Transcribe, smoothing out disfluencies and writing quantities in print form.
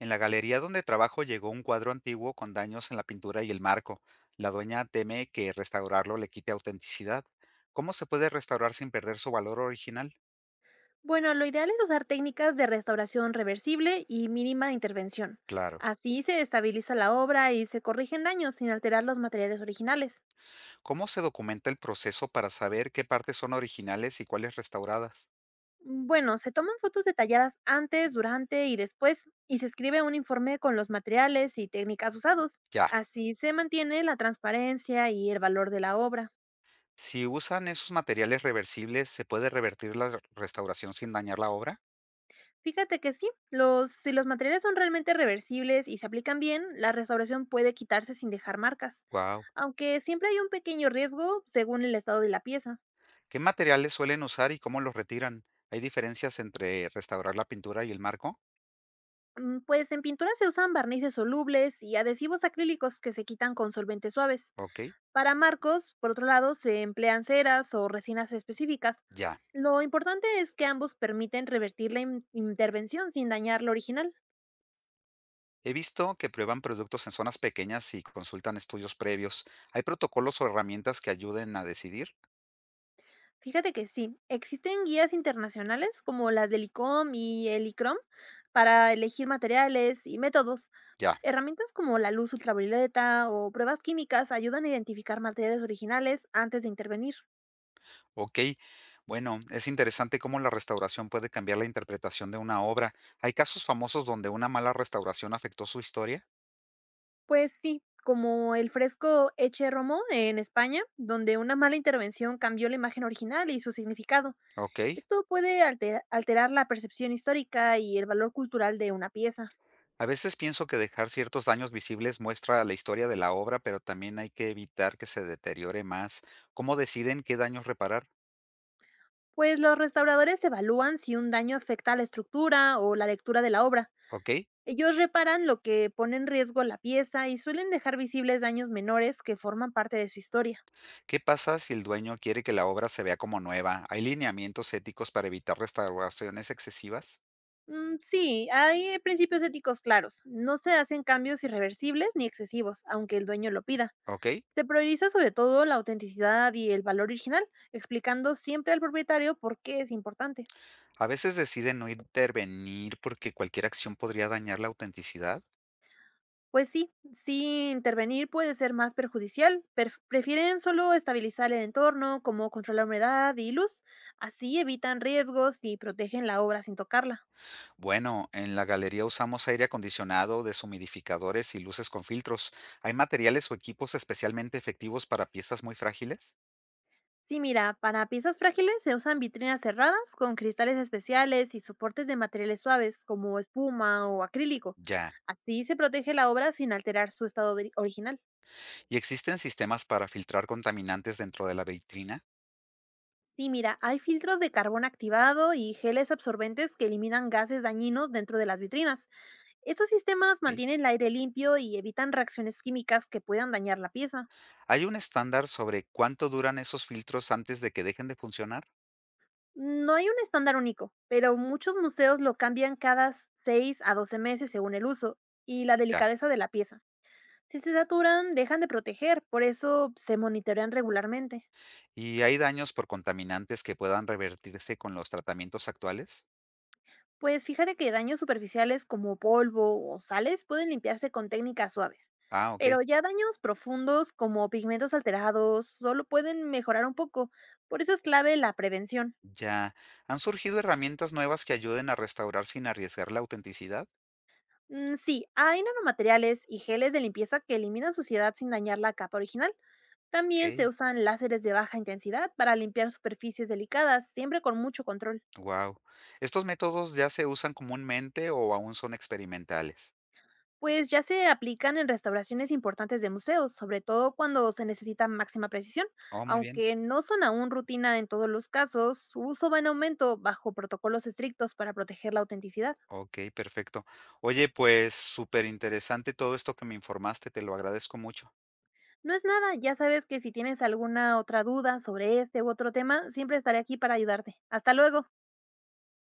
En la galería donde trabajo llegó un cuadro antiguo con daños en la pintura y el marco. La dueña teme que restaurarlo le quite autenticidad. ¿Cómo se puede restaurar sin perder su valor original? Bueno, lo ideal es usar técnicas de restauración reversible y mínima intervención. Claro. Así se estabiliza la obra y se corrigen daños sin alterar los materiales originales. ¿Cómo se documenta el proceso para saber qué partes son originales y cuáles restauradas? Bueno, se toman fotos detalladas antes, durante y después y se escribe un informe con los materiales y técnicas usados. Ya. Así se mantiene la transparencia y el valor de la obra. Si usan esos materiales reversibles, ¿se puede revertir la restauración sin dañar la obra? Fíjate que sí, si los materiales son realmente reversibles y se aplican bien, la restauración puede quitarse sin dejar marcas, Wow. aunque siempre hay un pequeño riesgo según el estado de la pieza. ¿Qué materiales suelen usar y cómo los retiran? ¿Hay diferencias entre restaurar la pintura y el marco? Pues en pintura se usan barnices solubles y adhesivos acrílicos que se quitan con solventes suaves. Ok. Para marcos, por otro lado, se emplean ceras o resinas específicas. Ya. Lo importante es que ambos permiten revertir la intervención sin dañar lo original. He visto que prueban productos en zonas pequeñas y consultan estudios previos. ¿Hay protocolos o herramientas que ayuden a decidir? Fíjate que sí, existen guías internacionales como las del ICOM y el ICROM para elegir materiales y métodos. Ya, Herramientas como la luz ultravioleta o pruebas químicas ayudan a identificar materiales originales antes de intervenir. ok. Bueno, es interesante cómo la restauración puede cambiar la interpretación de una obra. ¿Hay casos famosos donde una mala restauración afectó su historia? Pues sí, como el fresco Eche Romo en España, donde una mala intervención cambió la imagen original y su significado. Ok. Esto puede alterar la percepción histórica y el valor cultural de una pieza. A veces pienso que dejar ciertos daños visibles muestra la historia de la obra, pero también hay que evitar que se deteriore más. ¿Cómo deciden qué daños reparar? Pues los restauradores evalúan si un daño afecta a la estructura o la lectura de la obra. Ok. Ellos reparan lo que pone en riesgo la pieza y suelen dejar visibles daños menores que forman parte de su historia. ¿Qué pasa si el dueño quiere que la obra se vea como nueva? ¿Hay lineamientos éticos para evitar restauraciones excesivas? Mm, sí, hay principios éticos claros. No se hacen cambios irreversibles ni excesivos, aunque el dueño lo pida. ¿Ok? Se prioriza sobre todo la autenticidad y el valor original, explicando siempre al propietario por qué es importante. A veces deciden no intervenir porque cualquier acción podría dañar la autenticidad. Pues sí, sí, intervenir puede ser más perjudicial. Prefieren solo estabilizar el entorno, como controlar humedad y luz. Así evitan riesgos y protegen la obra sin tocarla. Bueno, en la galería usamos aire acondicionado, deshumidificadores y luces con filtros. ¿Hay materiales o equipos especialmente efectivos para piezas muy frágiles? Sí, mira, para piezas frágiles se usan vitrinas cerradas con cristales especiales y soportes de materiales suaves, como espuma o acrílico. Ya. Así se protege la obra sin alterar su estado original. ¿Y existen sistemas para filtrar contaminantes dentro de la vitrina? Sí, mira, hay filtros de carbón activado y geles absorbentes que eliminan gases dañinos dentro de las vitrinas. Estos sistemas ¿Ok? mantienen el aire limpio y evitan reacciones químicas que puedan dañar la pieza. ¿Hay un estándar sobre cuánto duran esos filtros antes de que dejen de funcionar? No hay un estándar único, pero muchos museos lo cambian cada 6 a 12 meses según el uso y la Ya. delicadeza de la pieza. Si se saturan, dejan de proteger, por eso se monitorean regularmente. ¿Y hay daños por contaminantes que puedan revertirse con los tratamientos actuales? Pues fíjate que daños superficiales como polvo o sales pueden limpiarse con técnicas suaves, Ah, ok. pero ya daños profundos como pigmentos alterados solo pueden mejorar un poco, por eso es clave la prevención. Ya. ¿Han surgido herramientas nuevas que ayuden a restaurar sin arriesgar la autenticidad? Mm, sí, hay nanomateriales y geles de limpieza que eliminan suciedad sin dañar la capa original. También se Ok. usan láseres de baja intensidad para limpiar superficies delicadas, siempre con mucho control. Wow. ¿Estos métodos ya se usan comúnmente o aún son experimentales? Pues ya se aplican en restauraciones importantes de museos, sobre todo cuando se necesita máxima precisión. Oh, muy bien. Aunque no son aún rutina en todos los casos, su uso va en aumento bajo protocolos estrictos para proteger la autenticidad. Ok, perfecto. Oye, pues súper interesante todo esto que me informaste, te lo agradezco mucho. No es nada, ya sabes que si tienes alguna otra duda sobre este u otro tema, siempre estaré aquí para ayudarte. Hasta luego.